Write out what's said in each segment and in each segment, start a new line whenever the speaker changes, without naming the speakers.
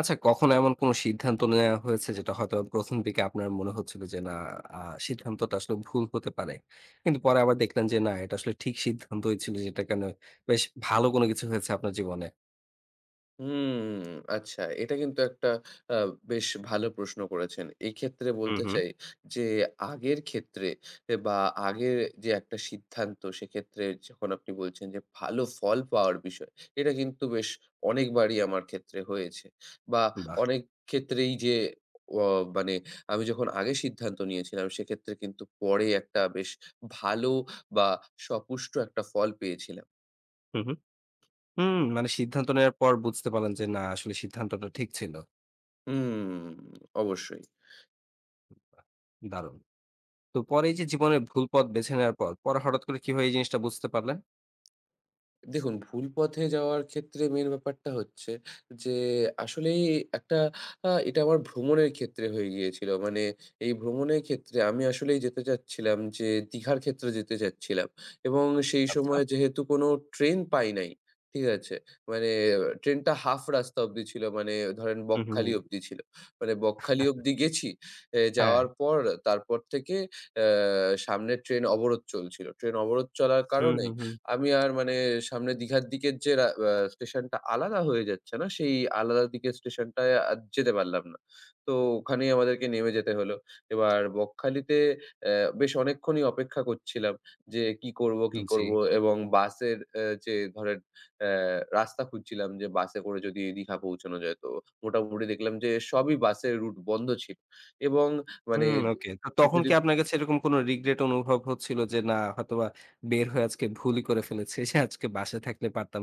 আচ্ছা, কখনো এমন কোনো সিদ্ধান্ত নেওয়া হয়েছে যেটা হয়তো ১ম দিকে আপনার মনে হচ্ছিল যে না, আ সিদ্ধান্তটা আসলে ভুল হতে পারে। কিন্তু পরে আবার দেখলেন যে না, এটা আসলে ঠিক সিদ্ধান্তই ছিল, যেটার কারণে বেশ ভালো কোনো কিছু হয়েছে আপনার জীবনে?
হুম, আচ্ছা এটা কিন্তু একটা আ বেশ ভালো প্রশ্ন করেছেন। এক্ষেত্রে
হুম,
বলতে
হুম।
চাই যে আগের ক্ষেত্রে এ বা আগের যে একটা সিদ্ধান্ত, সেক্ষেত্রে যখন আপনি বলছেন যে ভালো ফল পাওয়ার বিষয়, এটা কিন্তু বেশ অনেকবারই আমার ক্ষেত্রে হয়েছে। বা
বাহ!
অনেক ক্ষেত্রেই যে অ মানে আমি যখন আগে সিদ্ধান্ত নিয়েছিলাম সেক্ষেত্রে কিন্তু পরে একটা বেশ ভালো বা সপুষ্ট একটা ফল পেয়েছিলাম।
হুম, হুম। হুম, মানে সিদ্ধান্ত নেওয়ার পর বুঝতে পারলেন যে না, আসলে সিদ্ধান্তটা ঠিক ছিল।
হুম, অবশ্যই।
বাহ! দারুণ। তো পরে এই যে জীবনের ভুল পথ বেছে নেওয়ার পর, পরে হঠাৎ করে কিভাবে এই জিনিসটা বুঝতে পারলেন?
দেখুন, ভুল পথে যাওয়ার ক্ষেত্রে মেইন ব্যাপারটা হচ্ছে যে, আসলেই একটা এটা আমার ভ্রমণের ক্ষেত্রে হয়ে গিয়েছিল। মানে এই ভ্রমণের ক্ষেত্রে আমি আসলেই যেতে চাচ্ছিলাম যে, দীঘার ক্ষেত্রে যেতে চাচ্ছিলাম এবং সেই
আচ্ছা।
সময় যেহেতু কোনো ট্রেন পাই নাই, ঠিক আছে? মানে ট্রেনটা হাফ রাস্তা অব্দি ছিল। মানে ধরেন
হুম,
বকখালি
হুম।
অব্দি ছিল। মানে বকখালি অব্দি গেছি। এ
হ্যাঁ।
যাওয়ার পর তারপর থেকে অ্যা সামনের ট্রেন অবরোধ চলছিল। ট্রেন অবরোধ চলার
হুম,
কারণে
হুম, হুম।
আমি আর মানে সামনে দীঘার দিকের যে রা আ স্টেশনটা আলাদা হয়ে যাচ্ছে না, সেই আলাদা দিকের স্টেশনটায় আর যেতে পারলাম না। তো ওখানেই আমাদেরকে নেমে যেতে হলো। এবার বকখালিতে অ্যা বেশ অনেকক্ষণই অপেক্ষা করছিলাম যে কি করব, কি
হুম, জি।
করব? এবং বাসের যে ধরেন অ্যা রাস্তা খুঁজছিলাম যে বাসে করে যদি দীঘা পৌঁছানো যায়। তো মোটামুটি দেখলাম যে সবই বাসের রুট বন্ধ ছিল এবং মানে
হুম, ওকে। তো
য
তখন
যদি
কি আপনার কাছে এরকম কোনো রিগ্রেট অনুভব হচ্ছিল যে, "না, হয়তোবা বের হয়ে আজকে ভুলই করে ফেলেছি। আজকে বাসায় থাকলে পারতাম।"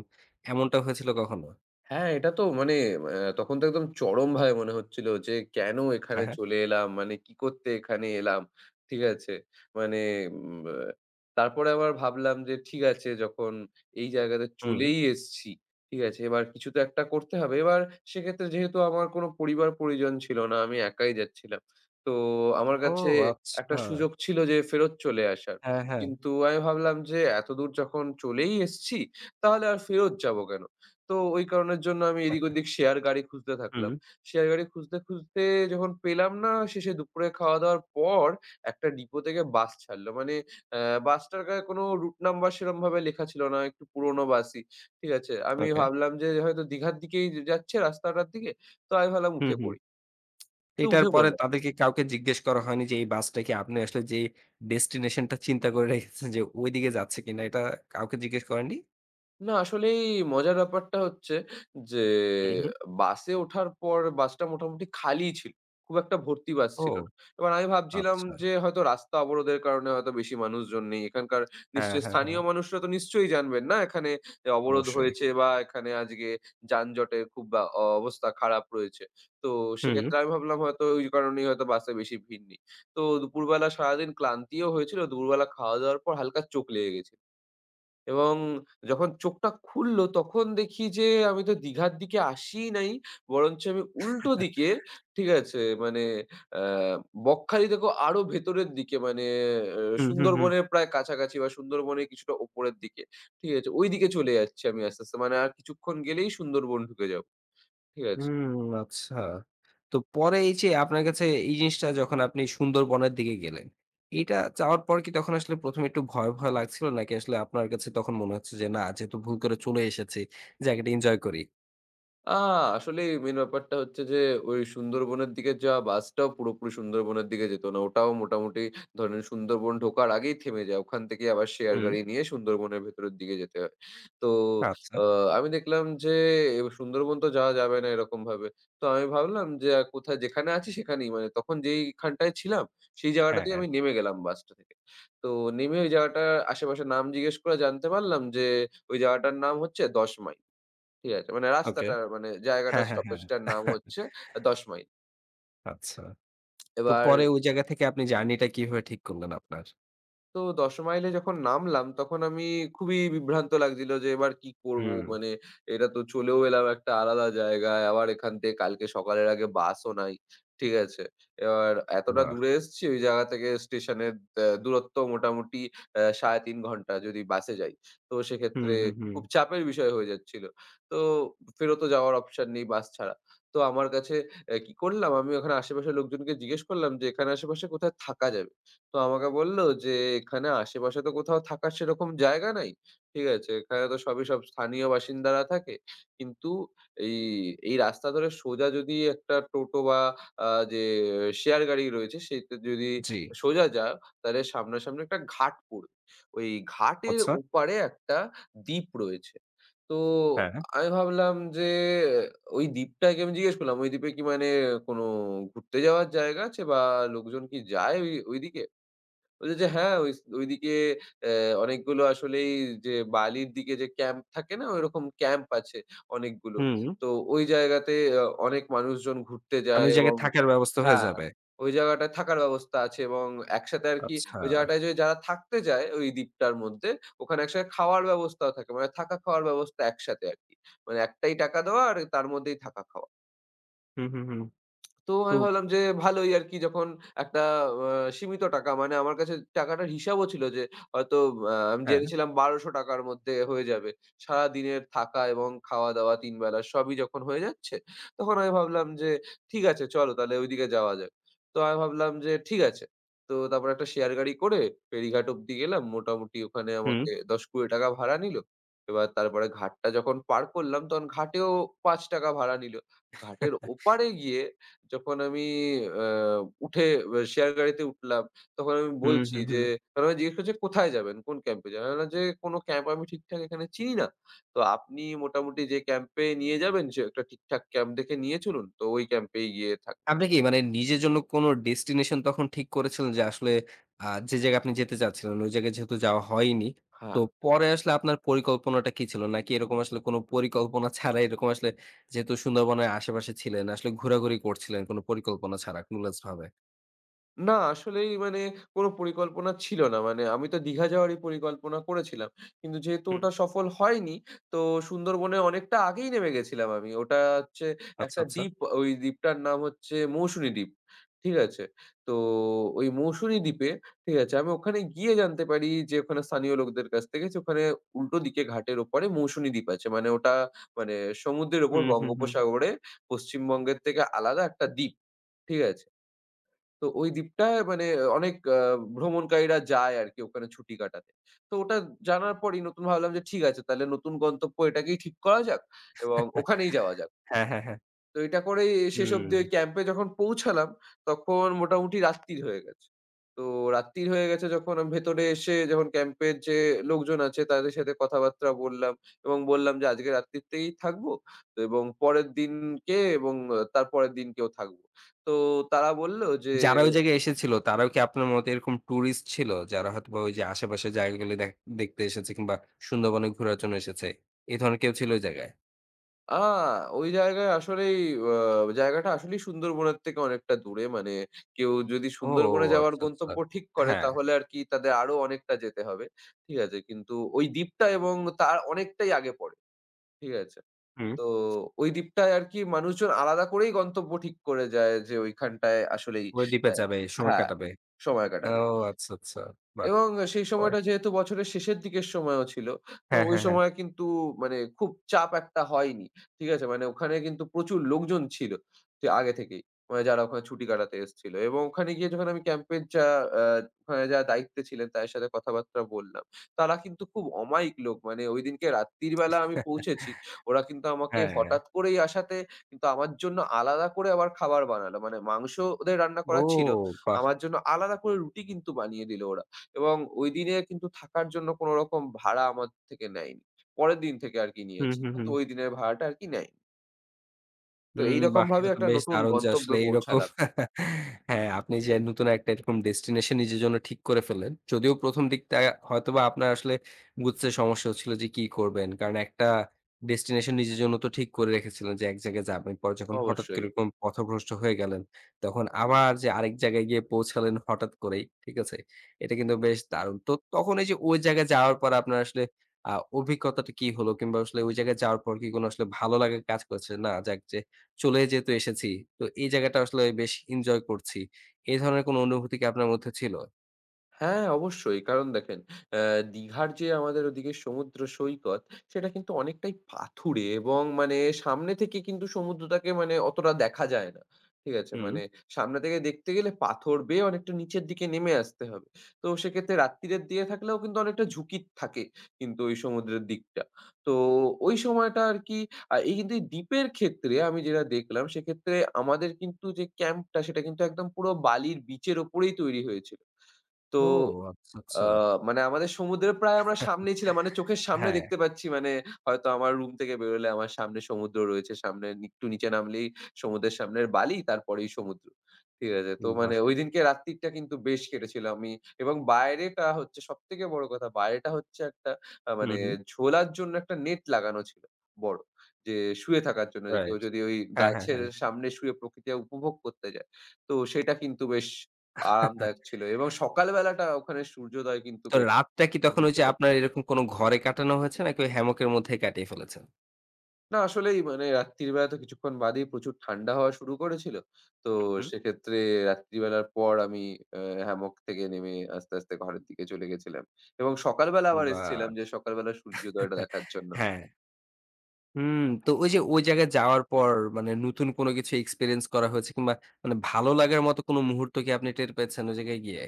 এমনটা হয়েছিল কখনো?
হ্যাঁ, এটা তো মানে তখন তো একদম চরমভাবে মনে হচ্ছিল যে, কেন এখানে
হ্যাঁ, হ্যাঁ।
চলে এলাম? মানে কি করতে এখানে এলাম? ঠিক আছে? মানে উম আ তারপরে আবার ভাবলাম যে, ঠিক আছে যখন এই জায়গাতে
হুম।
চলেই এসছি, ঠিক আছে? এবার কিছু তো একটা করতে হবে। এবার সেক্ষেত্রে যেহেতু আমার কোনো পরিবার-পরিজন ছিল না, আমি একাই যাচ্ছিলাম। তো আমার
ও
কাছে একটা
আচ্ছা।
সুযোগ ছিল যে, ফেরত চলে আসার।
হ্যাঁ, হ্যাঁ।
কিন্তু আমি ভাবলাম যে, এতদূর যখন চলেই এসছি, তাহলে আর ফেরত যাবো কেন? তো ওই কারণের জন্য আমি এদিক ওদিক শেয়ার গাড়ি খুঁজতে
হুম,
থাকলাম। শেয়ার গাড়ি খুঁজতে, খুঁজতে যখন পেলাম না, শেষে দুপুরে খাওয়া-দাওয়ার পর একটা ডিপো থেকে বাস ছাড়লো। মানে বাসটার গায়ে কোনো রুট নাম্বার সেরমভাবে লেখা ছিল না। একটু পুরনো বাসই। ঠিক আছে? আমি
ওকে।
ভাবলাম যে হয়তো দীঘার দিকেই যাচ্ছে রাস্তাটার দিকে। তো আমি ভাবলাম
হুম,
উঠে
হুম।
পড়ি। তো
এটার
উঠে
পরে
পড়লাম।
তাদেরকে কাউকে জিজ্ঞেস করা হয়নি যে, এই বাসটা কি আপনি আসলে যে ডেস্টিনেশন টা চিন্তা করে রেখেছেন যে ওইদিকে যাচ্ছে কিনা? এটা কাউকে জিজ্ঞেস করেননি?
না আসলেই মজার ব্যাপারটা হচ্ছে যে
হুম, হুম।
বাসে ওঠার পর বাসটা মোটামুটি খালিই ছিল। খুব একটা ভর্তি বাস
ও
ছিল না। এবার আমি ভাবছিলাম
আচ্ছা।
যে হয়তো রাস্তা অবরোধের কারণে হয়তো বেশি মানুষজন নেই। এখানকার
হ্যাঁ,
নিশ্চয়ই
হ্যাঁ,
স্থানীয়
হ্যাঁ।
মানুষরা তো নিশ্চয়ই জানবেন না এখানে অবরোধ
অবশ্যই।
হয়েছে বা এখানে আজকে যানজটের খুব বা অ অবস্থা খারাপ রয়েছে। তো
হুম।
সেক্ষেত্রে আমি ভাবলাম হয়তো ওই কারণেই হয়তো বাসে বেশি ভিড় নেই। তো দুপুরবেলা সারাদিন ক্লান্তিও হয়েছিল। দুপুরবেলা খাওয়া-দাওয়ার পর হালকা চোখ লেগে গেছিল। এবং যখন চোখটা খুলল তখন দেখি যে আমি তো দীঘার দিকে আসিই নাই। বরঞ্চ আমি উল্টো দিকে, ঠিক আছে? মানে আ বকখালি থেকেও আরো ভেতরের দিকে, মানে আ
হুম, হুম, হুম।
সুন্দরবনের প্রায় কাছাকাছি বা সুন্দরবনের কিছুটা উপরের দিকে। ঠিক আছে? ওইদিকে চলে যাচ্ছি আমি আস্তে, আস্তে। মানে আর কিছুক্ষণ গেলেই সুন্দরবন ঢুকে যাব। ঠিক আছে?
হুম, আচ্ছা। তো পরে এই যে আপনার কাছে এই জিনিসটা যখন আপনি সুন্দরবনের দিকে গেলেন, এটা যাওয়ার পর কি তখন আসলে ১ম এ একটু ভয়, ভয় লাগছিল? নাকি আসলে আপনার কাছে তখন মনে হচ্ছে যে, "না, যেহেতু ভুল করে চলে এসেছি, জায়গাটা এনজয় করি।"
আ আসলে মেইন ব্যাপারটা হচ্ছে যে ওই সুন্দরবনের দিকে যাওয়া বাসটাও পুরোপুরি সুন্দরবনের দিকে যেত না। ওটাও মোটামুটি ধরেন সুন্দরবন ঢোকার আগেই থেমে যায়। ওখান থেকেই আবার শেয়ার
হুম,
গাড়ি নিয়ে সুন্দরবনের ভেতরের দিকে যেতে হয়। তো
আচ্ছা।
আ আমি দেখলাম যে সুন্দরবন তো যাওয়া যাবে না এরকমভাবে। তো আমি ভাবলাম যে কোথায় যেখানে আছি সেখানেই, মানে তখন যেইখানটায় ছিলাম সেই
হ্যাঁ,
জায়গাটাতেই
হ্যাঁ।
আমি নেমে গেলাম বাসটা থেকে। তো নেমে ওই জায়গাটার আশেপাশে নাম জিজ্ঞেস করে জানতে পারলাম যে ওই জায়গাটার নাম হচ্ছে ১০ মাইল। ঠিক আছে। মানে
ওকে।
রাস্তাটা, মানে
হ্যাঁ,
জায়গাটার
হ্যাঁ, হ্যাঁ।
স্টপেজটার নাম হচ্ছে ১০ মাইল।
আচ্ছা। তো
এবার
পরে ওই জায়গা থেকে আপনি জার্নিটা কিভাবে ঠিক করলেন আপনার?
তো ১০ মাইলে যখন নামলাম তখন আমি খুবই বিভ্রান্ত লাগছিল যে এবার কি করব?
হুম,
মানে এটা তো চলেও এলাম একটা আলাদা জায়গায়। আবার এখান থেকে কালকে সকালের আগে বাসও নাই। ঠিক আছে? এবার এতটা
বাহ!
দূরে এসছি ওই জায়গা থেকে স্টেশনের দূরত্ব মোটামুটি ৩.৫ ঘন্টা যদি বাসে যাই। তো
হুম,
সেক্ষেত্রে
হুম, হুম।
খুব চাপের বিষয় হয়ে যাচ্ছিল। তো ফেরতও যাওয়ার অপশন নেই বাস ছাড়া। তো আমার কাছে কি করলাম আমি ওখানে আশেপাশের লোকজনকে জিজ্ঞেস করলাম যে, "এখানে আশেপাশে কোথায় থাকা যাবে?" তো আমাকে বলল যে, "এখানে আশেপাশে তো কোথাও থাকার সেরকম জায়গা নাই। ঠিক আছে? এখানে তো সবই সব স্থানীয় বাসিন্দারা থাকে। কিন্তু এই, এই রাস্তা ধরে সোজা যদি একটা টোটো বা আ যে শেয়ার গাড়ি রয়েছে সেতে যদি
জি।
সোজা যাও তাহলে সামনাসামনি একটা ঘাট পড়বে। ওই ঘাটের
আচ্ছা।
ওপারে একটা দ্বীপ রয়েছে।" তো
হ্যাঁ।
আমি ভাবলাম যে ওই দ্বীপটাকে আমি জিজ্ঞেস করলাম, "ওই দ্বীপে কি, মানে কোনো ঘুরতে যাওয়ার জায়গা আছে বা লোকজন কি যায় ওইদিকে?" ওই যে, যে হ্যাঁ, ওই ওইদিকে অ্যা অনেকগুলো আসলেই যে বালির দিকে যে ক্যাম্প থাকে না? ওইরকম ক্যাম্প আছে অনেকগুলো।
হুম।
তো ওই জায়গাতে অনেক মানুষজন ঘুরতে
মানে
যায়
ওই
এবং
জায়গায় থাকার ব্যবস্থা হয়ে
হ্যাঁ,
যাবে।
ওই জায়গাটায় থাকার ব্যবস্থা আছে এবং একসাথে আরকি
আচ্ছা।
ওই জায়গাটায় যে যারা থাকতে যায় ওই দ্বীপটার মধ্যে, ওখানে একসাথে খাওয়ার ব্যবস্থাও থাকে। মানে থাকা খাওয়ার ব্যবস্থা একসাথে আরকি। মানে একটাই টাকা দেওয়া আর তার মধ্যেই থাকা খাওয়া।
হুম, হুম, হুম।
তো
তো
আমি ভাবলাম যে ভালোই আরকি যখন একটা আ সীমিত টাকা, মানে আমার কাছে টাকাটার হিসাবও ছিল যে হয়তো আমি
হ্যাঁ।
জেনেছিলাম ৳১২০০ র মধ্যে হয়ে যাবে। সারাদিনের থাকা এবং খাওয়া-দাওয়া ৩ বেলা সবই যখন হয়ে যাচ্ছে, তখন আমি ভাবলাম যে ঠিক আছে চলো তাহলে ওইদিকে যাওয়া যাক। তো আমি ভাবলাম যে ঠিক আছে। তো তারপর একটা শেয়ার গাড়ি করে ফেরিঘাট অব্দি গেলাম। মোটামুটি ওখানে
হুম।
আমাকে ৳১০-৳২০ ভাড়া নিল। এবার তারপরে ঘাটটা যখন পার করলাম তখন ঘাটেও ৳৫ ভাড়া নিল। ঘাটের ওপারে গিয়ে যখন আমি আ উঠে শেয়ার গাড়িতে উঠলাম, তখন আমি
হুম,
বলছি
হুম,
যে
হুম।
তারা আমায় জিজ্ঞেস করছে, "কোথায় যাবেন? কোন ক্যাম্পে যাবেন?" আমি বললাম যে, "কোনো ক্যাম্প আমি ঠিকঠাক এখানে চিনি না। তো আপনি মোটামুটি যে ক্যাম্পে নিয়ে যাবেন সে একটা ঠিকঠাক ক্যাম্প দেখে নিয়ে চলুন। তো ওই ক্যাম্পেই গিয়ে থাকবো।"
আপনি কি মানে নিজের জন্য কোনো ডেস্টিনেশন তখন ঠিক করেছিলেন যে আসলে আ যে জায়গায় আপনি যেতে চাচ্ছিলেন ওই জায়গায় যেহেতু যাওয়া হয়নি,
হা
তো পরে আসলে আপনার পরিকল্পনাটা কি ছিল? নাকি এরকম আসলে কোনো পরিকল্পনা ছাড়া এরকম আসলে যেহেতু সুন্দরবনের আশেপাশে ছিলেন, আসলে ঘোরাঘুরি করছিলেন কোনো পরিকল্পনা ছাড়া clueless ভাবে?
না, আসলেই মানে কোনো পরিকল্পনা ছিল না। মানে আমি তো দীঘা যাওয়ারই পরিকল্পনা করেছিলাম। কিন্তু যেহেতু
হুম।
ওটা সফল হয়নি, তো সুন্দরবনে অনেকটা আগেই নেমে গেছিলাম আমি। ওটা হচ্ছে
আচ্ছা,
একটা
আচ্ছা।
দ্বীপ, ওই দ্বীপটার নাম হচ্ছে মৌসুনী দ্বীপ। ঠিক আছে? তো ওই মৌসুনী দ্বীপে, ঠিক আছে? আমি ওখানে গিয়ে জানতে পারি যে ওখানে স্থানীয় লোকদের কাছ থেকে যে ওখানে উল্টো দিকে ঘাটের ওপারে মৌসুনী দ্বীপ আছে। মানে ওটা মানে সমুদ্রের ওপর
হুম, হুম, হুম।
বঙ্গোপসাগরে পশ্চিমবঙ্গের থেকে আলাদা একটা দ্বীপ। ঠিক আছে? তো ওই দ্বীপটায় মানে অনেক ভ্রমণকারীরা যায় আরকি ওখানে ছুটি কাটাতে। তো ওটা জানার পরেই নতুন ভাবলাম যে ঠিক আছে তাহলে নতুন গন্তব্য এটাকেই ঠিক করা যাক এবং ওখানেই যাওয়া যাক।
হ্যাঁ, হ্যাঁ, হ্যাঁ।
তো এটা করেই শেষ
হুম।
অব্দি ওই ক্যাম্পে যখন পৌঁছালাম তখন মোটামুটি রাত্তির হয়ে গেছে। তো রাত্তির হয়ে গেছে, যখন আমি ভেতরে এসে যখন ক্যাম্পের যে লোকজন আছে তাদের সাথে কথাবার্তা বললাম এবং বললাম যে আজকে রাত্তিরতেই থাকবো তো, এবং পরের দিনকে এবং তারপরের দিনকেও থাকবো। তো তারা বলল যে
যারা ওই জায়গায় এসেছিল, তারাও কি আপনার মতো এরকম টুরিস্ট ছিল? যারা হয়তোবা ওই যে আশেপাশের জায়গাগুলো দেখতে এসেছে কিংবা সুন্দরবনে ঘোরার জন্য এসেছে। এই ধরনের কেউ ছিল ওই জায়গায়?
আ ওই জায়গায় আসলেই আ জায়গাটা আসলেই সুন্দরবনের থেকে অনেকটা দূরে। মানে কেউ যদি
ও
সুন্দরবনে যাওয়ার
আচ্ছা, আচ্ছা।
গন্তব্য ঠিক করে
হ্যাঁ,
তাহলে আরকি তাদের আরো অনেকটা যেতে হবে। ঠিক আছে? কিন্তু ওই দ্বীপটা এবং তার অনেকটাই আগে পড়ে। ঠিক আছে?
হুম।
তো ওই দ্বীপটায় আরকি মানুষজন আলাদা করেই গন্তব্য ঠিক করে যায় যে ওইখানটায় আসলেই
ওই দ্বীপে
অ্যা
যাবে, সময়
হ্যাঁ,
কাটাবে।
সময়
ও
কাটাবে।
আচ্ছা, আচ্ছা। বাহ!
এবং সেই
পরে
সময়টা যেহেতু বছরের শেষের দিকের সময়ও ছিল, তো
হ্যাঁ,
ওই
হ্যাঁ, হ্যাঁ।
সময় কিন্তু মানে খুব চাপ একটা হয়নি। ঠিক আছে? মানে ওখানে কিন্তু প্রচুর লোকজন ছিল যে আগে থেকেই। মানে যারা ওখানে ছুটি কাটাতে এসেছিল এবং ওখানে গিয়ে যখন আমি ক্যাম্পের যা আ ওখানে যারা দায়িত্বে ছিলেন তাদের সাথে কথাবার্তা বললাম। তারা কিন্তু খুব অমায়িক লোক। মানে ঐদিনকে রাত্রির বেলা আমি পৌঁছেছি। ওরা কিন্তু আমাকে
হ্যাঁ,
হঠাৎ করেই আসাতে কিন্তু আমার জন্য আলাদা করে আবার খাবার বানালো। মানে মাংস ওদের রান্না করা
ও
ছিল।
বাহ!
আমার জন্য আলাদা করে রুটি কিন্তু বানিয়ে দিল ওরা। এবং ওইদিনে কিন্তু থাকার জন্য কোনো রকম ভাড়া আমার থেকে নেয়নি। পরের দিন থেকে আরকি
হুম,
নিয়েছে।
হুম,
কিন্তু
হুম।
ওই দিনের ভাড়াটা আরকি নেয়নি। তো
হুম, বাহ!
এইরকমভাবে
এটা তো
একটা
বেশ
নতুন
দারুণ যে
গন্তব্যে
আসলে এইরকম
পৌঁছালাম।
হ্যাঁ, আপনি যে নতুন একটা এরকম ডেস্টিনেশন নিজের জন্য ঠিক করে ফেললেন। যদিও ১ম দিকটা হয়তোবা আপনার আসলে বুঝতে সমস্যা হচ্ছিল যে কি করবেন। কারণ একটা ডেস্টিনেশন নিজের জন্য তো ঠিক করে রেখেছিলেন যে এক জায়গায় যাবেন। পরে যখন হঠাৎ
অবশ্যই।
করে এরকম পথভ্রষ্ট হয়ে গেলেন, তখন আবার যে আরেক জায়গায় গিয়ে পৌঁছালেন হঠাৎ করেই, ঠিক আছে? এটা কিন্তু বেশ দারুণ। তো তখন এই যে ওই জায়গায় যাওয়ার পর আপনার আসলে আ অভিজ্ঞতাটা কি হলো? কিংবা আসলে ওই জায়গায় যাওয়ার পর কি কোনো আসলে ভালো লাগা কাজ করেছে? না, যাক, যে চলে যেহেতু এসেছি, তো এই জায়গাটা আসলে বেশ এনজয় করছি। এই ধরনের কোনো অনুভূতি কি আপনার মধ্যে ছিল?
হ্যাঁ, অবশ্যই। কারণ দেখেন, অ্যা দীঘার যে আমাদের ওদিকে সমুদ্র সৈকত, সেটা কিন্তু অনেকটাই পাথুরে এবং মানে সামনে থেকে কিন্তু সমুদ্রটাকে মানে অতটা দেখা যায় না। ঠিক আছে?
হুম।
মানে সামনে থেকে দেখতে গেলে পাথর বেয়ে অনেকটা নিচের দিকে নেমে আসতে হবে। তো সেক্ষেত্রে রাত্তিরের দিকে থাকলেও কিন্তু অনেকটা ঝুঁকি থাকে কিন্তু ওই সমুদ্রের দিকটা। তো ওই সময়টা আরকি এই কিন্তু এই দ্বীপের ক্ষেত্রে আমি যেটা দেখলাম, সেক্ষেত্রে আমাদের কিন্তু যে ক্যাম্পটা, সেটা কিন্তু একদম পুরো বালির বিচের ওপরেই তৈরি হয়েছিল। তো
ও আচ্ছা,
আ
আচ্ছা।
মানে আমাদের সমুদ্রের প্রায় আমরা সামনেই ছিলাম। মানে চোখের সামনে
হ্যাঁ,
দেখতে পাচ্ছি, মানে হয়তো আমার রুম থেকে বেরোলে আমার সামনে সমুদ্র রয়েছে। সামনে একটু নিচে নামলেই সমুদ্রের সামনের বালি, তারপরেই সমুদ্র। ঠিক আছে? তো মানে
বাহ!
ঐদিনকে রাত্তিরটা কিন্তু বেশ কেটেছিল। আমি এবং বাইরেটা হচ্ছে সবথেকে বড় কথা বাইরেটা হচ্ছে একটা
হুম,
মানে
হুম।
ঝোলার জন্য একটা নেট লাগানো ছিল বড়। যে শুয়ে থাকার জন্য যে কেউ
রাইট।
যদি ওই
হ্যাঁ, হ্যাঁ,
গাছের
হ্যাঁ।
সামনে শুয়ে প্রকৃতি উপভোগ করতে যায়। তো সেটা কিন্তু বেশ আরামদায়ক ছিল এবং সকাল বেলাটা ওখানে সূর্যোদয় কিন্তু
তো
বেশ
রাতটা কি তখন ওই যে
অভিজ্ঞতা ছিল।
আপনার এরকম কোনো ঘরে কাটানো হয়েছে, নাকি ওই হ্যামকের মধ্যেই কাটিয়ে ফেলেছেন?
না আসলেই মানে রাত্রিবেলা তো কিছুক্ষণ বাদেই প্রচুর ঠান্ডা হওয়া শুরু করেছিল। তো
হুম,
সেক্ষেত্রে রাত্রিবেলার পর আমি আ হ্যামক থেকে নেমে আস্তে, আস্তে ঘরের দিকে চলে গেছিলাম এবং সকালবেলা আবার এসেছিলাম যে
বাহ!
সকালবেলা সূর্যোদয়টা দেখার জন্য।
হ্যাঁ। হুম, তো ওই যে ওই জায়গায় যাওয়ার পর মানে নতুন কোনো কিছু এক্সপেরিয়েন্স করা হয়েছে কিংবা মানে ভালো লাগার মতো কোনো মুহূর্ত কি আপনি টের পেয়েছেন ওই জায়গায় গিয়ে?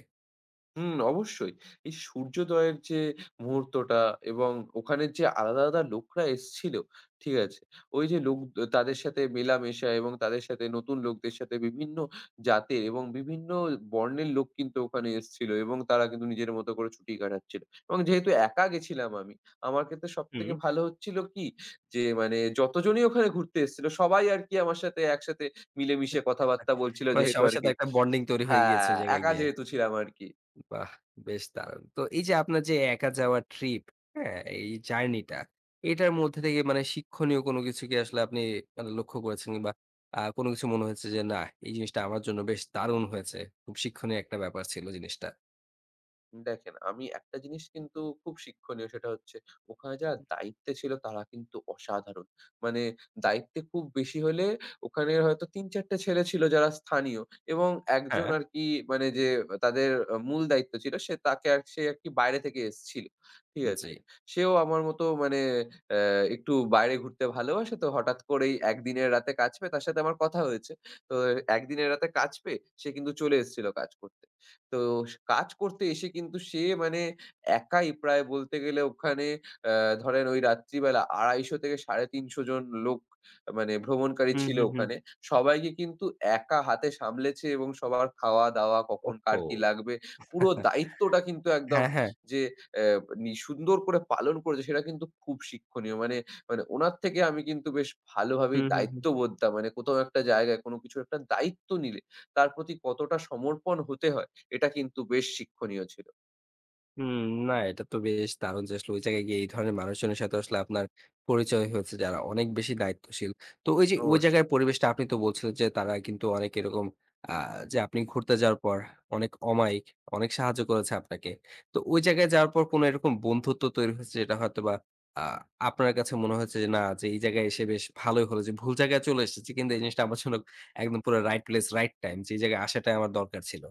হুম, অবশ্যই। এই সূর্যোদয়ের যে মুহূর্তটা এবং ওখানের যে আলাদা, আলাদা লোকরা এসছিল, ঠিক আছে? ওই যে লোক দ তাদের সাথে মেলামেশা এবং তাদের সাথে নতুন লোকদের সাথে বিভিন্ন জাতের এবং বিভিন্ন বর্ণের লোক কিন্তু ওখানে এসছিল এবং তারা কিন্তু নিজের মতো করে ছুটি কাটাচ্ছিল। এবং যেহেতু একা গেছিলাম আমি, আমার ক্ষেত্রে
হুম।
সবথেকে ভালো হচ্ছিল কি? যে মানে যতজনই ওখানে ঘুরতে এসছিল সবাই আরকি আমার সাথে একসাথে মিলেমিশে কথাবার্তা বলছিল
মানে
যেহেতু
সবার সাথে
আরকি
একটা বন্ডিং তৈরি হয়ে গিয়েছে
হ্যাঁ,
ওই জায়গায়
একা
গিয়ে।
যেহেতু ছিলাম আরকি।
বাহ! বেশ দারুণ। তো এই যে আপনার যে একা যাওয়ার ট্রিপ, হ্যাঁ? এই জার্নিটা, এটার মধ্যে থেকে মানে শিক্ষণীয় কোনো কিছু কি আসলে আপনি মানে লক্ষ্য করেছেন কিংবা কোনো কিছু মনে হয়েছে যে, "না, এই জিনিসটা আমার জন্য বেশ দারুণ হয়েছে।" খুব শিক্ষণীয় একটা ব্যাপার ছিল জিনিসটা।
দেখেন, আমি একটা জিনিস কিন্তু খুব শিক্ষণীয় সেটা হচ্ছে ওখানে যারা দায়িত্বে ছিল তারা কিন্তু অসাধারণ। মানে দায়িত্বে খুব বেশি হলে ওখানে হয়তো ৩-৪ টে ছেলে ছিল যারা স্থানীয় এবং একজন
হ্যাঁ?
আরকি, মানে যে তাদের মূল দায়িত্ব ছিল সে, তাকে আর সে আরকি বাইরে থেকে এসছিল। ঠিক
জি।
আছে? সেও আমার মতো মানে অ্যা একটু বাইরে ঘুরতে ভালোবাসে, তো হঠাৎ করেই একদিনের রাতে কাজ পেয়ে তার সাথে আমার কথা হয়েছে। তো একদিনের রাতে কাজ পেয়ে সে কিন্তু চলে এসেছিল কাজ করতে। তো কাজ করতে এসে কিন্তু সে মানে একাই প্রায় বলতে গেলে ওখানে আ ধরেন ওই রাত্রিবেলা ২৫০-৩৫০ জন লোক মানে ভ্রমণকারী
হুম,
ছিল
হুম, হুম।
ওখানে। সবাইকে কিন্তু একা হাতে সামলেছে এবং সবার খাওয়া-দাওয়া কখন কার
ওহহো!
কি লাগবে পুরো দায়িত্বটা কিন্তু একদম
হ্যাঁ, হ্যাঁ।
যে অ্যা নি সুন্দর করে পালন করেছে সেটা কিন্তু খুব শিক্ষণীয়। মানে মানে উনার থেকে আমি কিন্তু বেশ ভালোভাবেই
হুম, হুম, হুম।
দায়িত্ববোধটা মানে কোথাও একটা জায়গায় কোনো কিছুর একটা দায়িত্ব নিলে তার প্রতি কতটা সমর্পণ হতে হয় এটা কিন্তু বেশ শিক্ষণীয় ছিল।
হুম, না, এটা তো বেশ দারুণ যে আসলে ওই জায়গায় গিয়ে এই ধরনের মানুষজনের সাথে আসলে আপনার পরিচয় হয়েছে যারা অনেক বেশি দায়িত্বশীল। তো ওই যে ওই
অবশ্যই।
জায়গার পরিবেশটা আপনি তো বলছিলেন যে তারা কিন্তু অনেক এরকম আ যে আপনি ঘুরতে যাওয়ার পর অনেক অমায়িক, অনেক সাহায্য করেছে আপনাকে। তো ওই জায়গায় যাওয়ার পর কোনো এরকম বন্ধুত্ব তৈরি হয়েছে যেটা হয়তোবা আ আপনার কাছে মনে হয়েছে যে না, যে এই জায়গায় এসে বেশ ভালোই হলো, যে ভুল জায়গায় চলে এসেছি কিন্তু এই জিনিসটা আমার জন্য একদম পুরো রাইট প্লেস, রাইট টাইম, যে এই জায়গায় আসাটাই আমার দরকার ছিল।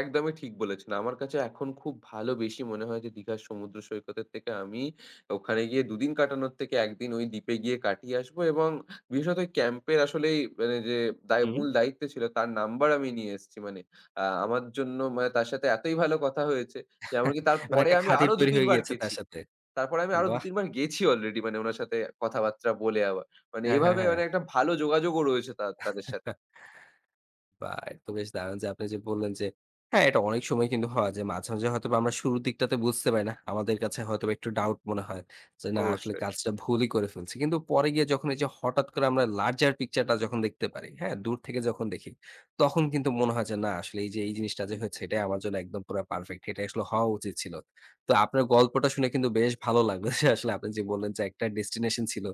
একদমই ঠিক বলেছেন। আমার কাছে এখন খুব ভালো বেশি মনে হয় যে দীঘার সমুদ্র সৈকতের থেকে আমি ওখানে গিয়ে দুদিন কাটানোর থেকে ১ দিন ওই দ্বীপে গিয়ে কাটিয়ে আসবো এবং বিশেষত ওই ক্যাম্পের আসলেই মানে যে
হুম।
মূল দায়িত্ব ছিল তার নাম্বার আমি নিয়ে এসেছি। মানে আমার জন্য মানে তার সাথে এতই ভালো কথা হয়েছে যে এমনকি
মানে
তারপরে
একটা
আমি
খাতির
আরো
তৈরি
২-৩
হয়ে
বার
গিয়েছে তার
গেছি।
সাথে।
তারপরে আমি আরো
বাহ!
২-৩ বার গেছি অলরেডি মানে উনার সাথে কথাবার্তা বলে আবার। মানে
হ্যাঁ, হ্যাঁ,
এভাবে
হ্যাঁ।
মানে একটা ভালো যোগাযোগও রয়েছে তাদের সাথে।
বাহ! এটা তো বেশ দারুণ যে আপনি যে বললেন যে হ্যাঁ, এটা অনেক সময় কিন্তু হয় যে মাঝে, মাঝে হয়তোবা আমরা শুরুর দিকটাতে বুঝতে পারি না। আমাদের কাছে হয়তোবা একটু ডাউট মনে হয় যে না, আসলে
অবশ্যই।
কাজটা ভুলই করে ফেলছি। কিন্তু পরে গিয়ে যখন এই যে হঠাৎ করে আমরা লার্জার পিকচারটা যখন দেখতে পারি, হ্যাঁ? দূর থেকে যখন দেখি, তখন কিন্তু মনে হয় যে না, আসলে এই যে এই জিনিসটা যে হয়েছে এটাই আমার জন্য একদম পুরা পারফেক্ট। এটাই আসলে হওয়া উচিত ছিল। তো আপনার গল্পটা শুনে কিন্তু বেশ ভালো লাগলো যে আসলে আপনি যে বললেন যে একটা ডেস্টিনেশন ছিল,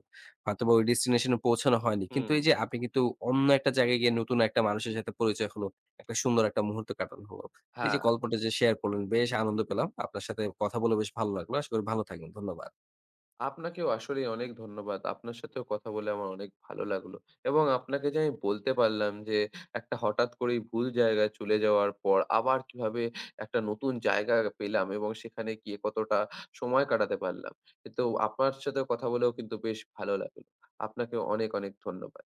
হয়তোবা ওই ডেস্টিনেশন এ পৌঁছানো হয়নি।
হুম,
কিন্তু এই যে আপনি কিন্তু অন্য একটা জায়গায় গিয়ে নতুন একটা মানুষের সাথে পরিচয় হলো। একটা সুন্দর একটা মুহূর্ত কাটানো হলো। তো এই যে
হ্যাঁ,
গল্পটা যে শেয়ার করলেন, বেশ আনন্দ পেলাম। আপনার সাথে কথা বলে বেশ ভালো লাগলো। আশা করি ভালো থাকবেন। ধন্যবাদ।
আপনাকেও আসলেই অনেক ধন্যবাদ। আপনার সাথেও কথা বলে আমার অনেক ভালো লাগলো এবং আপনাকে যে আমি বলতে পারলাম যে একটা হঠাৎ করেই ভুল জায়গায় চলে যাওয়ার পর আবার কিভাবে একটা নতুন জায়গা পেলাম এবং সেখানে গিয়ে কতটা সময় কাটাতে পারলাম। তো আপনার সাথে কথা বলেও কিন্তু বেশ ভালো লাগলো। আপনাকেও অনেক, অনেক ধন্যবাদ।